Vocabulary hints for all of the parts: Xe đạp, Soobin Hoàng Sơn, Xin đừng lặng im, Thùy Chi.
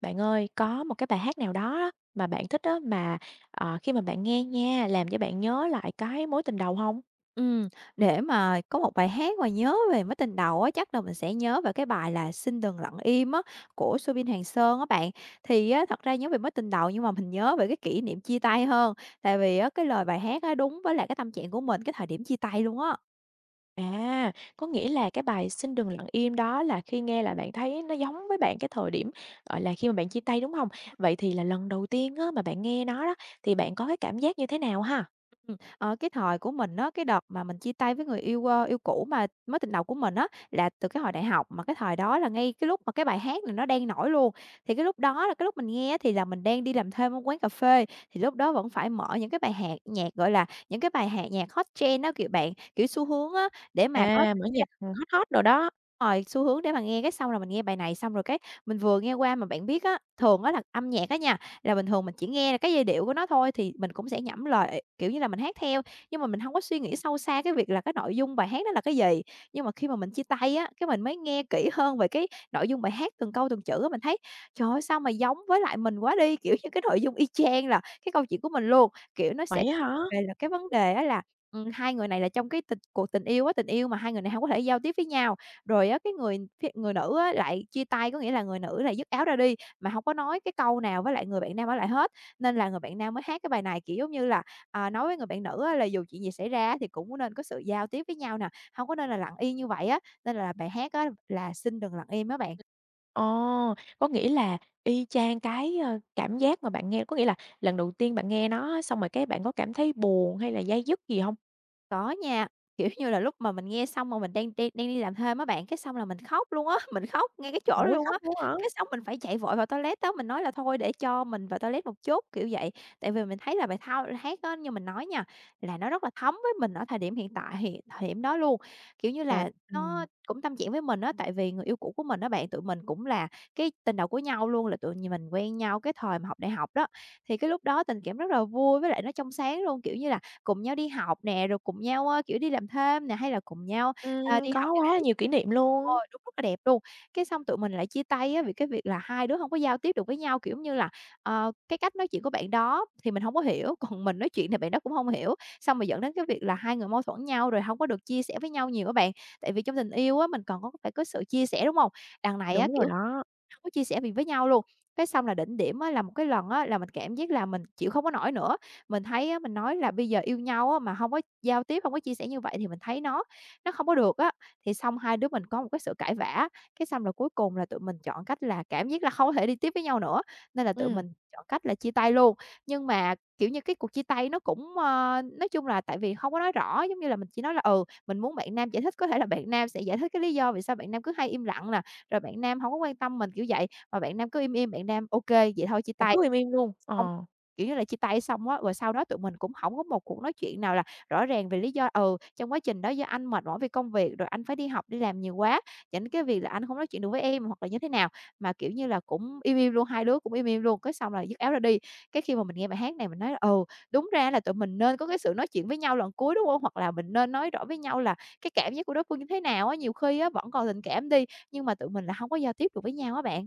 Bạn ơi, có một cái bài hát nào đó á, mà bạn thích á, mà, khi mà bạn nghe nha, làm cho bạn nhớ lại cái mối tình đầu không? Ừm, để mà có một bài hát mà nhớ về mối tình đầu á, chắc là mình sẽ nhớ về cái bài là "Xin đừng lặng im" á, của Soobin Hoàng Sơn á bạn. Thì á, thật ra nhớ về mối tình đầu nhưng mà mình nhớ về cái kỷ niệm chia tay hơn, tại vì á, cái lời bài hát á, đúng với lại cái tâm trạng của mình cái thời điểm chia tay luôn á. À, có nghĩa là cái bài "Xin đừng lặng im" đó là khi nghe là bạn thấy nó giống với bạn cái thời điểm, gọi là, khi mà bạn chia tay, đúng không? Vậy thì là lần đầu tiên á, mà bạn nghe nó đó, thì bạn có cái cảm giác như thế nào ha? Ờ, cái thời của mình á, cái đợt mà mình chia tay với người yêu, yêu cũ mà mối tình đầu của mình á, là từ cái hồi đại học, mà cái thời đó là ngay cái lúc mà cái bài hát này nó đang nổi luôn. Thì cái lúc đó là cái lúc mình nghe thì là mình đang đi làm thêm ở quán cà phê, thì lúc đó vẫn phải mở những cái bài hát nhạc, gọi là, những cái bài hát nhạc hot trend á, kiểu, bạn, kiểu, xu hướng á, để mà có À, mở nhạc, hot hot đồ đó. rồi, xu hướng để mà nghe cái xong rồi mình nghe bài này xong rồi cái mình vừa nghe qua mà bạn biết á, thường á là âm nhạc á nha, là bình thường mình chỉ nghe cái giai điệu của nó thôi thì mình cũng sẽ nhẩm lời, kiểu như là, mình hát theo, nhưng mà mình không có suy nghĩ sâu xa cái việc là cái nội dung bài hát đó là cái gì. Nhưng mà khi mà mình chia tay á, cái mình mới nghe kỹ hơn về cái nội dung bài hát từng câu từng chữ á, mình thấy, trời ơi, sao mà giống với lại mình quá đi, kiểu như, cái nội dung y chang là cái câu chuyện của mình luôn. Kiểu, nó sẽ Vậy á hả? về là cái vấn đề á là, hai người này là trong cái tình yêu á, tình yêu mà hai người này không có thể giao tiếp với nhau. Rồi á, cái người nữ á lại chia tay, có nghĩa là người nữ lại dứt áo ra đi, mà không có nói cái câu nào với lại người bạn nam ở lại hết, nên là người bạn nam mới hát cái bài này, kiểu, giống như là, à, nói với người bạn nữ á là dù chuyện gì xảy ra thì cũng nên có sự giao tiếp với nhau nè, không có nên là lặng im như vậy á, nên là bài hát á là "Xin đừng lặng im" á bạn. Ờ, có nghĩa là y chang cái, cảm giác mà bạn nghe, có nghĩa là lần đầu tiên bạn nghe nó á, xong rồi cái bạn có cảm thấy buồn hay là day dứt gì hông? Có nha, kiểu như là, lúc mà mình nghe xong mà mình đang đi làm thêm á bạn, cái xong là mình khóc luôn á, mình khóc ngay cái chỗ đó Ôi, luôn khóc á. luôn hả? Cái xong mình phải chạy vội vào toilet á, mình nói là "Thôi để cho mình vào toilet một chút", kiểu vậy. Tại vì mình thấy là bài thao hát á, như mình nói nha, là nó rất là thấm với mình ở thời điểm hiện tại hiện thời điểm đó luôn. Kiểu như Và là, ừm, nó cũng tâm trạng với mình á, tại vì người yêu cũ của mình đó bạn, tụi mình cũng là cái tình đầu của nhau luôn, là tụi mình quen nhau cái thời mà học đại học đó. Thì cái lúc đó tình cảm rất là vui với lại nó trong sáng luôn, kiểu như là, cùng nhau đi học nè, rồi cùng nhau, kiểu, đi làm thêm nè, hay là cùng nhau, ừm, à, đi học có những quá là kỹ nhiều kỷ niệm ờ, luôn. đúng, rất là đẹp luôn. Cái xong tụi mình lại chia tay á vì cái việc là hai đứa không có giao tiếp được với nhau, kiểu như là, cái cách nói chuyện của bạn đó thì mình không có hiểu, còn mình nói chuyện thì bạn đó cũng không hiểu, xong rồi dẫn đến cái việc là hai người mâu thuẫn nhau, rồi không có được chia sẻ với nhau nhiều các bạn. Tại vì trong tình yêu á, mình còn có phải có sự chia sẻ, đúng không? Đằng này á, Đúng rồi kiểu đó, có chia sẻ việc với nhau luôn. Cái xong là đỉnh điểm á, là một cái lần á, là mình cảm giác là mình chịu không có nổi nữa. Mình thấy á, mình nói là bây giờ yêu nhau á, mà không có giao tiếp, không có chia sẻ như vậy thì mình thấy nó không có được á. Thì xong hai đứa mình có một cái sự cãi vã, cái xong là cuối cùng là tụi mình chọn cách là cảm giác là không có thể đi tiếp với nhau nữa, nên là tụi ừm, mình chọn cách là chia tay luôn. Nhưng mà, kiểu như, cái cuộc chia tay nó cũng, nói chung là tại vì không có nói rõ, giống như là, mình chỉ nói là "Ừ, mình muốn bạn nam giải thích." Có thể là bạn nam sẽ giải thích cái lý do vì sao bạn nam cứ hay im lặng nè, rồi bạn nam hổng có quan tâm mình, kiểu vậy, mà bạn nam cứ im im, bạn nam "Ô kê, vậy thôi chia bạn tay." cứ im im luôn, ờ. Hông, kiểu như là, chia tay xong á, rồi sau đó tụi mình cũng hổng có một cuộc nói chuyện nào là rõ ràng về lý do, ừ, trong quá trình đó do anh mệt mỏi vì công việc, rồi anh phải đi học, đi làm nhiều quá, dẫn cái việc là anh hông nói chuyện được với em hoặc là như thế nào. Mà, kiểu như là, cũng im im luôn, hai đứa cũng im im luôn, cái xong là dứt áo ra đi. Cái khi mà mình nghe bài hát này mình nói là, ừ, đúng ra là tụi mình nên có cái sự nói chuyện với nhau lần cuối, đúng hông? Hoặc là mình nên nói rõ với nhau là cái cảm giác của đối phương như thế nào á, nhiều khi á vẫn còn tình cảm đi, nhưng mà tụi mình là hông có giao tiếp được với nhau á bạn.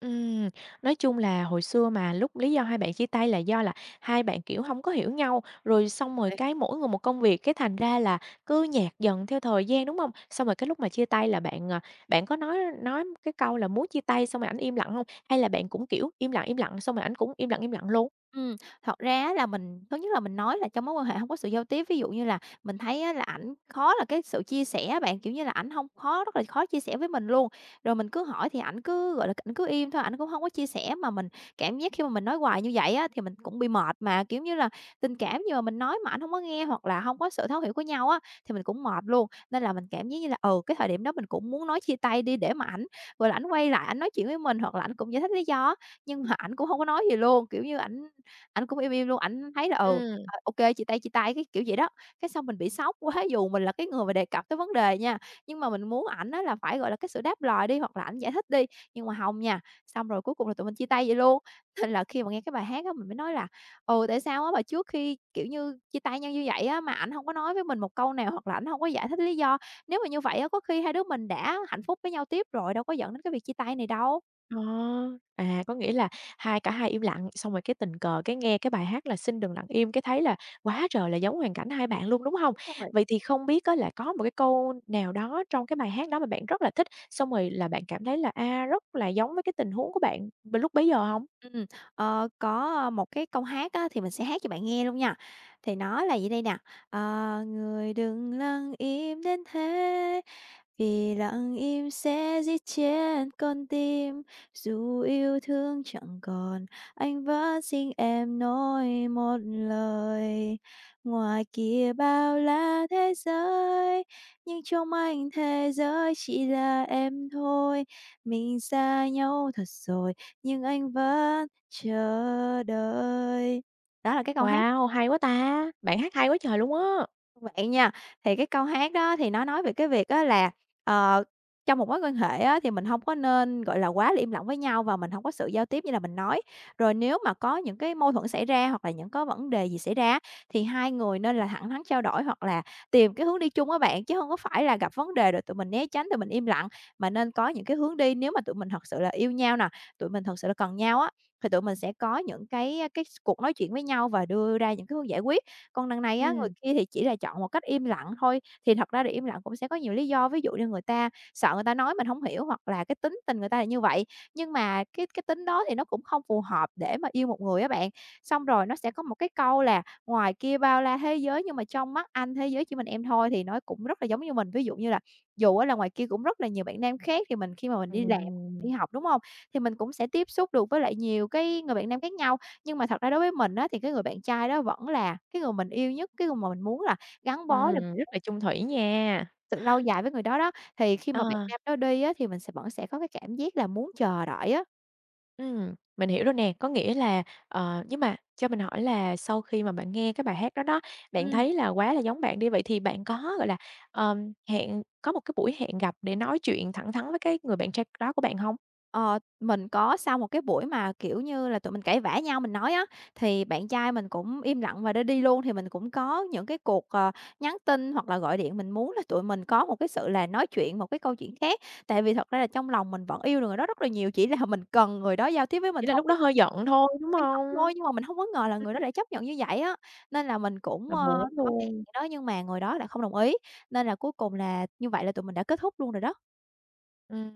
Ừm, nói chung là hồi xưa mà lúc lý do hai bạn chia tay là do là hai bạn, kiểu, không có hiểu nhau, rồi xong rồi cái mỗi người một công việc, cái thành ra là cứ nhạt dần theo thời gian, đúng không? Xong rồi cái lúc mà chia tay là bạn, bạn có nói cái câu là muốn chia tay xong rồi ảnh im lặng không? Hay là bạn cũng, kiểu, im lặng xong rồi ảnh cũng im lặng luôn? Ừm, thật ra á là mình thứ nhất là mình nói là trong mối quan hệ hông có sự giao tiếp, ví dụ như là mình thấy á là ảnh khó là cái sự chia sẻ á bạn, kiểu như là, ảnh hông khó rất là khó chia sẻ với mình luôn. Rồi mình cứ hỏi thì ảnh cứ, gọi là, ảnh cứ im thôi, ảnh cũng hông có chia sẻ, mà mình cảm giác khi mà mình nói hoài như vậy á thì mình cũng bị mệt mà, kiểu như là, tình cảm nhưng mà mình nói mà ảnh hông có nghe hoặc là hông có sự thấu hiểu của nhau á thì mình cũng mệt luôn. Nên là mình cảm giác như là, ừ, cái thời điểm đó mình cũng muốn nói chia tay đi để mà ảnh, gọi là, ảnh quay lại ảnh nói chuyện với mình hoặc là ảnh cũng giải thích lý do á, nhưng mà ảnh cũng hông có nói gì luôn, kiểu như, ảnh Ảnh cũng im im luôn, ảnh thấy là, Ừm. Ô chia tay, cái kiểu vậy đó. Cái xong mình bị sốc quá, dù mình là cái người mà đề cập tới vấn đề nha, nhưng mà mình muốn ảnh á là phải, gọi là, cái sự đáp lời đi, hoặc là ảnh giải thích đi, nhưng mà hông nha. Xong rồi cuối cùng là tụi mình chia tay vậy luôn. Nên là khi mà nghe cái bài hát á, mình mới nói là "Ừ, tại sao á mà trước khi, kiểu như, chia tay nhau như vậy á, mà ảnh hông có nói với mình một câu nào, hoặc là ảnh hông có giải thích lý do. Nếu mà như vậy á, có khi hai đứa mình đã hạnh phúc với nhau tiếp rồi, đâu có dẫn đến cái việc chia tay này đâu." Ờ, à, có nghĩa là cả hai im lặng, xong rồi cái tình cờ cái nghe cái bài hát là "Xin đừng lặng im", cái thấy là quá trời là giống hoàn cảnh hai bạn luôn, đúng hông? Đúng rồi. Vậy thì không biết á là có một cái câu nào đó trong cái bài hát đó mà bạn rất là thích, xong rồi là bạn cảm thấy là, rất là giống với cái tình huống của bạn b lúc bấy giờ hông? Ừm, có, một cái câu hát á, thì mình sẽ hát cho bạn nghe luôn nha. Thì nó là vậy đây nè, ờ, người đừng lặng im đến thế, vì lặng im sẽ giết chết con tim, dù yêu thương chẳng còn, anh vẫn xin em nói một lời. Ngoài kia bao la thế giới, nhưng trong anh thế giới chỉ là em thôi. Mình xa nhau thật rồi, nhưng anh vẫn chờ đợi. Đó là cái câu hát. Wow, hay quá ta! Bạn hát hay quá trời luôn á! Vậy nha, thì cái câu hát đó thì nó nói về cái việc á là, ờ, trong một mối quan hệ á thì mình không có nên, gọi là, quá là im lặng với nhau và mình không có sự giao tiếp như là mình nói. Rồi nếu mà có những cái mâu thuẫn xảy ra hoặc là những có vấn đề gì xảy ra thì hai người nên là thẳng thắn trao đổi hoặc là tìm cái hướng đi chung á bạn, chứ không có phải là gặp vấn đề rồi tụi mình né tránh, tụi mình im lặng, mà nên có những cái hướng đi nếu mà tụi mình thật sự là yêu nhau nè, tụi mình thật sự là cần nhau á, thì tụi mình sẽ có những cái cuộc nói chuyện với nhau và đưa ra những cái hướng giải quyết. Còn đằng này á, người Ừm. kia thì chỉ là chọn một cách im lặng thôi, thì thật ra thì im lặng cũng sẽ có nhiều lý do, ví dụ như người ta sợ người ta nói mình không hiểu hoặc là cái tính tình người ta là như vậy. Nhưng mà cái tính đó thì nó cũng không phù hợp để mà yêu một người á bạn. Xong rồi nó sẽ có một cái câu là "Ngoài kia bao la thế giới nhưng mà trong mắt anh thế giới chỉ mình em thôi", thì nó cũng rất là giống như mình. Ví dụ như là dù á là ngoài kia cũng rất là nhiều bạn nam khác thì mình khi mà mình đi làm, Ừm. đi học, đúng không? Thì mình cũng sẽ tiếp xúc được với lại nhiều cái người bạn nam khác nhau. Nhưng mà thật ra đối với mình á, thì cái người bạn trai đó vẫn là cái người mình yêu nhất, cái người mà mình muốn là gắn bó được Rất là chung thủy nha. sự lâu dài với người đó đó, thì khi mà bạn Ờ. nam đó đi á, thì mình vẫn sẽ có cái cảm giác là muốn chờ đợi á. Mình hiểu rồi nè, có nghĩa là nhưng mà cho mình hỏi là sau khi mà bạn nghe cái bài hát đó đó, bạn Ừm. thấy là quá là giống bạn đi, vậy thì bạn có, gọi là, hẹn có một cái buổi hẹn gặp để nói chuyện thẳng thắn với cái người bạn trai đó của bạn không? Ờ, mình có sau một cái buổi mà, kiểu như là, tụi mình cãi vã nhau mình nói á, thì bạn trai mình cũng im lặng và ra đi luôn. Thì mình cũng có những cái cuộc, nhắn tin hoặc là gọi điện, mình muốn là tụi mình có một cái sự là nói chuyện một cái câu chuyện khác. Tại vì thật ra là trong lòng mình vẫn yêu được người đó rất là nhiều, chỉ là mình cần người đó giao tiếp với mình Chỉ là thôi. lúc đó hơi giận thôi, đúng Hy vọng không? thôi, nhưng mà mình không có ngờ là người đó lại chấp nhận như vậy á, nên là mình cũng, Là buồn lắm có hẹn luôn. đó nhưng mà người đó lại không đồng ý, nên là cuối cùng là như vậy là tụi mình đã kết thúc luôn rồi đó. Ừm,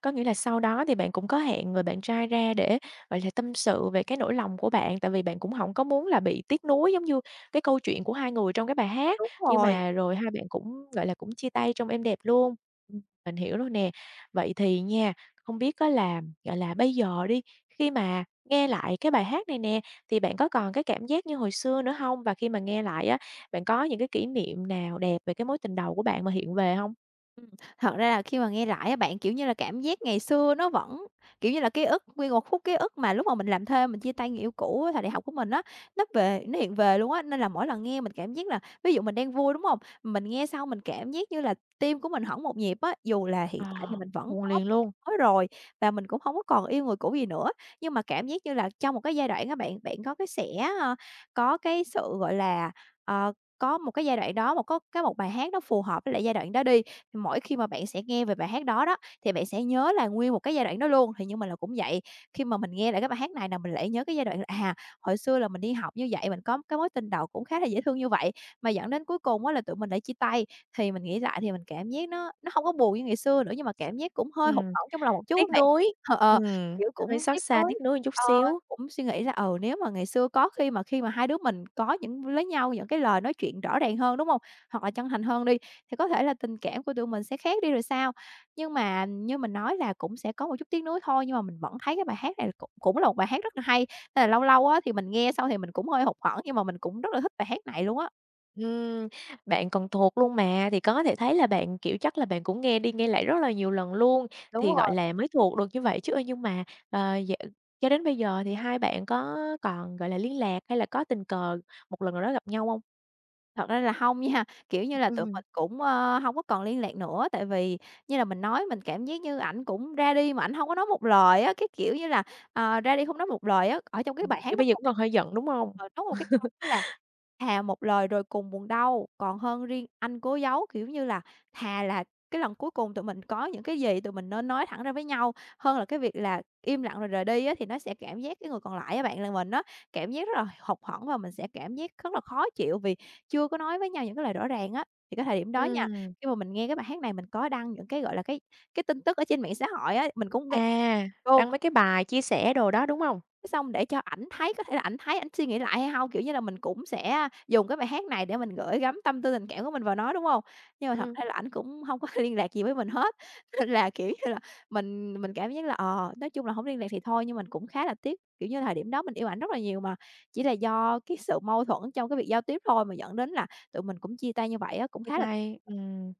có nghĩa là sau đó thì bạn cũng có hẹn người bạn trai ra để, gọi là, tâm sự về cái nỗi lòng của bạn, tại vì bạn cũng Ừm, không có muốn là bị tiếc nuối giống như cái câu chuyện của hai người trong cái bài hát, đúng nhưng rồi. mà rồi hai bạn cũng, gọi là, cũng chia tay trong êm đẹp luôn. Ừm, mình hiểu rồi nè. Vậy thì nha, không biết có là, gọi là, bây giờ đi, khi mà nghe lại cái bài hát này nè, thì bạn có còn cái cảm giác như hồi xưa nữa không? Và khi mà nghe lại á, bạn có những cái kỷ niệm nào đẹp về cái mối tình đầu của bạn mà hiện về không? Ừm, thật ra là khi mà nghe lại á bạn, kiểu như là, cảm giác ngày xưa nó vẫn kiểu như là, ký ức, nguyên một khúc ký ức mà lúc mà mình làm thuê mình chia tay người yêu cũ á thời đại học của mình á, nó hiện về luôn á. Nên là mỗi lần nghe mình cảm giác là ví dụ mình đang vui, đúng không? Mình nghe xong mình cảm giác như là tim của mình hẫng một nhịp á, dù là hiện Ờ, tại thì mình vẫn buồn có liền luôn. mới rồi và mình cũng không có còn yêu người cũ gì nữa. Nhưng mà cảm giác như là trong một cái giai đoạn các bạn, bạn có cái sẽ, ơ, có cái sự, gọi là, có một cái giai đoạn đó, một có cái một bài hát nó phù hợp với lại giai đoạn đó đi, thì mỗi khi mà bạn sẽ nghe về bài hát đó đó, thì bạn sẽ nhớ là nguyên một cái giai đoạn đó luôn. Thì nhưng mà là cũng vậy, khi mà mình nghe lại cái bài hát này là mình lại nhớ cái giai đoạn là, hồi xưa là mình đi học như vậy, mình có cái mối tình đầu cũng khá là dễ thương như vậy, mà dẫn đến cuối cùng á là tụi mình lại chia tay. Thì mình nghĩ lại thì mình cảm giác nó không có buồn như ngày xưa nữa, nhưng mà cảm giác cũng hơi hụt Ừm, hẫng trong lòng một chút tiếc á bạn. nuối, Ờ, ờ, ừm, kiểu, cũng hơi xót tiếc xa, nuối, tiếc nuối một chút ờ, xíu. cũng suy nghĩ là, ừ, nếu mà ngày xưa có khi mà hai đứa mình có những với nhau những cái lời nói chuyện rõ ràng hơn, đúng không? Hoặc là chân thành hơn đi thì có thể là tình cảm của tụi mình sẽ khác đi rồi sao. Nhưng mà như mình nói là cũng sẽ có một chút tiếc nuối thôi, nhưng mà mình vẫn thấy cái bài hát này cũng cũng là một bài hát rất là hay, nên là lâu lâu á thì mình nghe xong thì mình cũng hơi hụt hẫng, nhưng mà mình cũng rất là thích bài hát này luôn á. Ừm, bạn còn thuộc luôn mà, thì có thể thấy là bạn, kiểu, chắc là bạn cũng nghe đi nghe lại rất là nhiều lần luôn, Đúng thì, gọi rồi, là, mới thuộc được như vậy chứ. Ơ, nhưng mà, dạ cho đến bây giờ thì hai bạn có còn, gọi là, liên lạc hay là có tình cờ một lần nào đó gặp nhau hông? thật ra là không nha, kiểu như là, tụi Ừm, mình cũng, hông có còn liên lạc nữa, tại vì như là mình nói mình cảm giác như ảnh cũng ra đi mà ảnh không có nói một lời á, cái kiểu như là, ra đi không nói một lời á, ở trong cái bài hát kiểu, nó bây giờ còn cũng cái còn hơi giận, đúng hông? Nó một cái câu đó là "Thà một lời rồi cùng buồn đau, còn hơn riêng anh cố giấu", kiểu như là, thà là cái lần cuối cùng tụi mình có những cái gì tụi mình nên nói thẳng ra với nhau, hơn là cái việc là im lặng rồi rời đi á, thì nó sẽ cảm giác cái người còn lại á bạn, là mình á, cảm giác rất là hụt hẫng và mình sẽ cảm giác rất là khó chịu vì chưa có nói với nhau những cái lời rõ ràng á. Thì cái thời điểm đó nha, Ừm, khi mà mình nghe cái bài hát này mình có đăng những cái, gọi là, cái tin tức ở trên mạng xã hội á, mình cũng nghe à, luôn. đăng mấy cái bài chia sẻ đồ đó, đúng hông? Cái xong để cho ảnh thấy, có thể là ảnh thấy ảnh suy nghĩ lại hay hông, kiểu như là, mình cũng sẽ dùng cái bài hát này để mình gửi gắm tâm tư tình cảm của mình vào nó, đúng hông? Nhưng mà thật Ừm. ra là ảnh cũng hông có liên lạc gì với mình hết, nên là, kiểu như là, mình cảm giác là, ờ, nói chung là hổng liên lạc thì thôi, nhưng mình cũng khá là tiếc, kiểu như, thời điểm đó mình yêu ảnh rất là nhiều mà, chỉ là do cái sự mâu thuẫn trong cái việc giao tiếp thôi mà dẫn đến là tụi mình cũng chia tay như vậy á, cũng Chia khá là tay, ừm.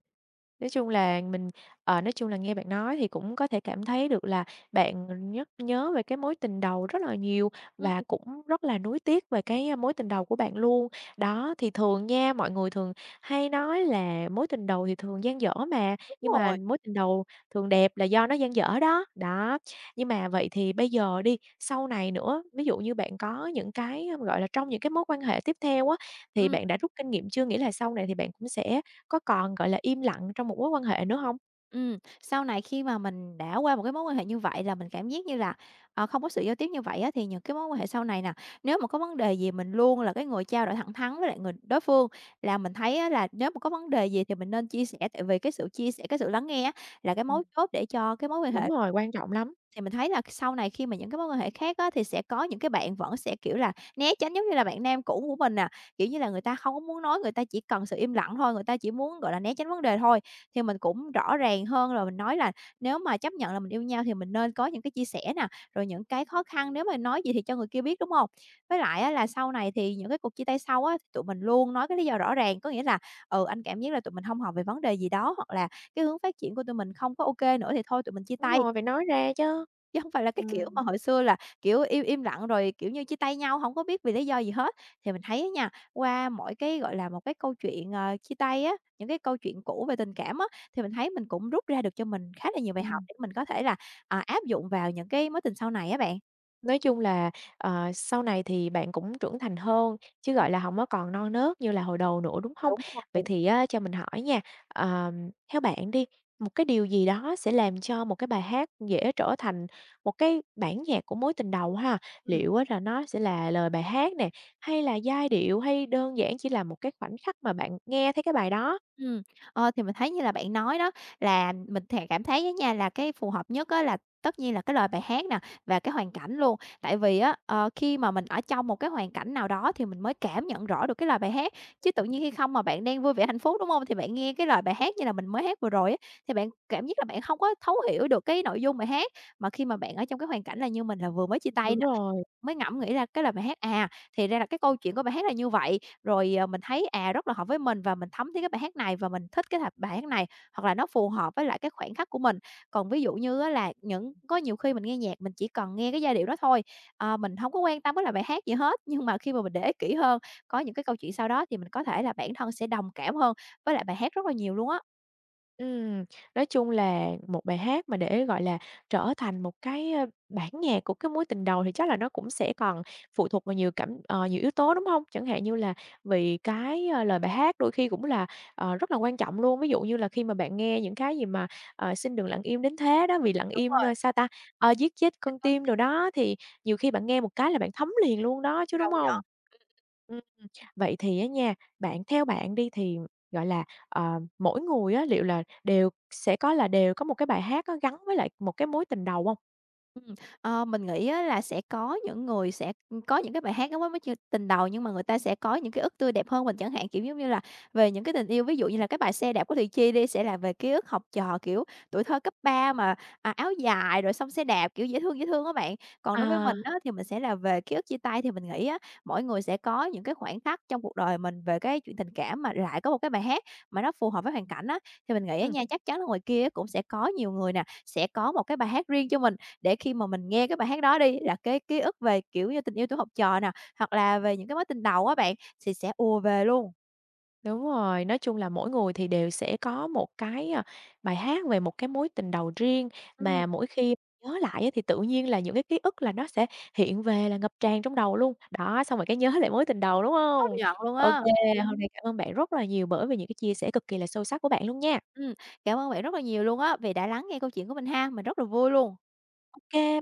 Nói chung là mình nói chung là nghe bạn nói thì cũng có thể cảm thấy được là bạn nhắc nhớ về cái mối tình đầu rất là nhiều Ừm, và cũng rất là nuối tiếc về cái, mối tình đầu của bạn luôn. Đó, thì thường nha, mọi người thường hay nói là mối tình đầu thì thường dang dở mà, đúng nhưng mà rồi. mối tình đầu thường đẹp là do nó dang dở đó. Đó, nhưng mà vậy thì bây giờ đi, sau này nữa, ví dụ như bạn có những cái, gọi là, trong những cái mối quan hệ tiếp theo á, thì Ừm. bạn đã rút kinh nghiệm chưa? Nghĩa là sau này thì bạn cũng sẽ có còn, gọi là, im lặng trong một mối quan hệ nữa hông? Ừm, sau này khi mà mình đã qua một cái mối quan hệ như vậy là mình cảm giác như là, không có sự giao tiếp như vậy á, thì những cái mối quan hệ sau này nè, nếu mà có vấn đề gì mình luôn là cái người trao đổi thẳng thắn với lại người đối phương. Là mình thấy á là nếu mà có vấn đề gì thì mình nên chia sẻ, tại vì cái sự chia sẻ, cái sự lắng nghe á là cái Ừm. mấu chốt để cho cái mối quan Đúng hệ. rồi, quan trọng lắm. Thì mình thấy là sau này khi mà những cái mối quan hệ khác á, thì sẽ có những cái bạn vẫn sẽ, kiểu là, né tránh giống như là bạn nam cũ của mình nè, kiểu như là, người ta không có muốn nói, người ta chỉ cần sự im lặng thôi, người ta chỉ muốn, gọi là, né tránh vấn đề thôi. Thì mình cũng rõ ràng hơn rồi mình nói là nếu mà chấp nhận là mình yêu nhau thì mình nên có những cái chia sẻ nè, rồi những cái khó khăn nếu mà nói gì thì cho người kia biết, đúng không? Với lại á, là sau này thì những cái cuộc chia tay sau á, tụi mình luôn nói cái lý do rõ ràng, có nghĩa là, ừ, anh cảm giác là tụi mình không hợp về vấn đề gì đó, hoặc là cái hướng phát triển của tụi mình không có ok nữa thì thôi tụi mình chia Đúng tay. rồi, phải nói ra chứ. Chứ không phải là cái kiểu Ừm, mà hồi xưa là, kiểu, im im lặng rồi, kiểu như, chia tay nhau không có biết vì lý do gì hết. Thì mình thấy á nha, qua mỗi cái, gọi là, một cái câu chuyện, chia tay á, những cái câu chuyện cũ về tình cảm á, thì mình thấy mình cũng rút ra được cho mình khá là nhiều bài học ừm. để mình có thể là, áp dụng vào những cái mối tình sau này á bạn. Nói chung là, sau này thì bạn cũng trưởng thành hơn, chứ, Ừm, gọi là, không có còn non nớt như là hồi đầu nữa, đúng không? đúng Vậy rồi. thì á cho mình hỏi nha, theo bạn đi, một cái điều gì đó sẽ làm cho một cái bài hát dễ trở thành một cái bản nhạc của mối tình đầu ha? Ừm. Liệu á là nó sẽ là lời bài hát nè, hay là giai điệu, hay đơn giản chỉ là một cái khoảnh khắc mà bạn nghe thấy cái bài đó? Ừm, thì mình thấy như là bạn nói đó, là mình thè cảm thấy á nha, là cái phù hợp nhất á là tất nhiên là cái lời bài hát nè và cái hoàn cảnh luôn. Tại vì á, khi mà mình ở trong một cái hoàn cảnh nào đó thì mình mới cảm nhận rõ được cái lời bài hát, chứ tự nhiên khi không mà bạn đang vui vẻ hạnh phúc, đúng không? Thì bạn nghe cái lời bài hát như là mình mới hát vừa rồi á, thì bạn cảm giác là bạn không có thấu hiểu được cái nội dung bài hát. Mà khi mà bạn ở trong cái hoàn cảnh là như mình là vừa mới chia tay Đúng nè, rồi. mới ngẫm nghĩ ra cái lời bài hát, thì ra là cái câu chuyện của bài hát là như vậy, rồi, ờ, mình thấy, rất là hợp với mình và mình thấm thấy cái bài hát này và mình thích cái bài hát này, hoặc là nó phù hợp với lại cái khoảnh khắc của mình. Còn ví dụ như á là những có nhiều khi mình nghe nhạc mình chỉ cần nghe cái giai điệu đó thôi, mình không có quan tâm cái lời bài hát gì hết, nhưng mà khi mà mình để ý kỹ hơn, có những cái câu chuyện sau đó thì mình có thể là bản thân sẽ đồng cảm hơn với lại bài hát rất là nhiều luôn á. Ừm, nói chung là một bài hát mà để, gọi là, trở thành một cái, bản nhạc của cái mối tình đầu thì chắc là nó cũng sẽ còn phụ thuộc vào nhiều nhiều yếu tố, đúng không? Chẳng hạn như là vì cái, lời bài hát đôi khi cũng là, rất là quan trọng luôn. Ví dụ như là khi mà bạn nghe những cái gì mà, "Xin đừng lặng im đến thế" đó, "Vì lặng im" sao ta, "Giết chết con tim" đồ đó, thì nhiều khi bạn nghe một cái là bạn thấm liền luôn đó chứ, đúng hông? Vậy thì á nha, bạn theo bạn đi thì, gọi là, mỗi người á, liệu là đều sẽ có là đều có một cái bài hát á gắn với lại một cái mối tình đầu không? Ừm, mình nghĩ á là sẽ có những người sẽ, có những cái bài hát nó mới mới ch tình đầu nhưng mà người ta sẽ có những ký ức tươi đẹp hơn mình chẳng hạn, kiểu, giống như là về những cái tình yêu. Ví dụ như là cái bài "Xe đạp" của Thùy Chi đi, sẽ là về ký ức học trò, kiểu, tuổi thơ cấp 3 mà, áo dài rồi xong xe đạp, kiểu, dễ thương các bạn. Còn đối với À. mình á thì mình sẽ là về ký ức chia tay, thì mình nghĩ á, mỗi người sẽ có những cái khoảnh khắc trong cuộc đời mình về cái chuyện tình cảm mà lại có một cái bài hát mà nó phù hợp với hoàn cảnh á, thì mình nghĩ á Ừm, nha, chắc chắn là ngoài kia cũng sẽ có nhiều người nè, sẽ có một cái bài hát riêng cho mình để khi mà mình nghe cái bài hát đó đi là cái ký ức về, kiểu như, tình yêu tuổi học trò nè, hoặc là về những cái mối tình đầu á bạn, thì sẽ ùa về luôn. đúng rồi, nói chung là mỗi người thì đều sẽ có một cái, bài hát về một cái mối tình đầu riêng, Ừm, mà mỗi khi nhớ lại á thì tự nhiên là những cái ký ức là nó sẽ hiện về là ngập tràn trong đầu luôn. Đó, xong rồi cái nhớ lại mối tình đầu, đúng công không? nhận luôn OK, á. hôm nay cảm ơn bạn rất là nhiều bởi vì những cái chia sẻ cực kỳ là sâu sắc của bạn luôn nha. Ừm, cảm ơn bạn rất là nhiều luôn á, vì đã lắng nghe câu chuyện của mình ha, mình rất là vui luôn. OK.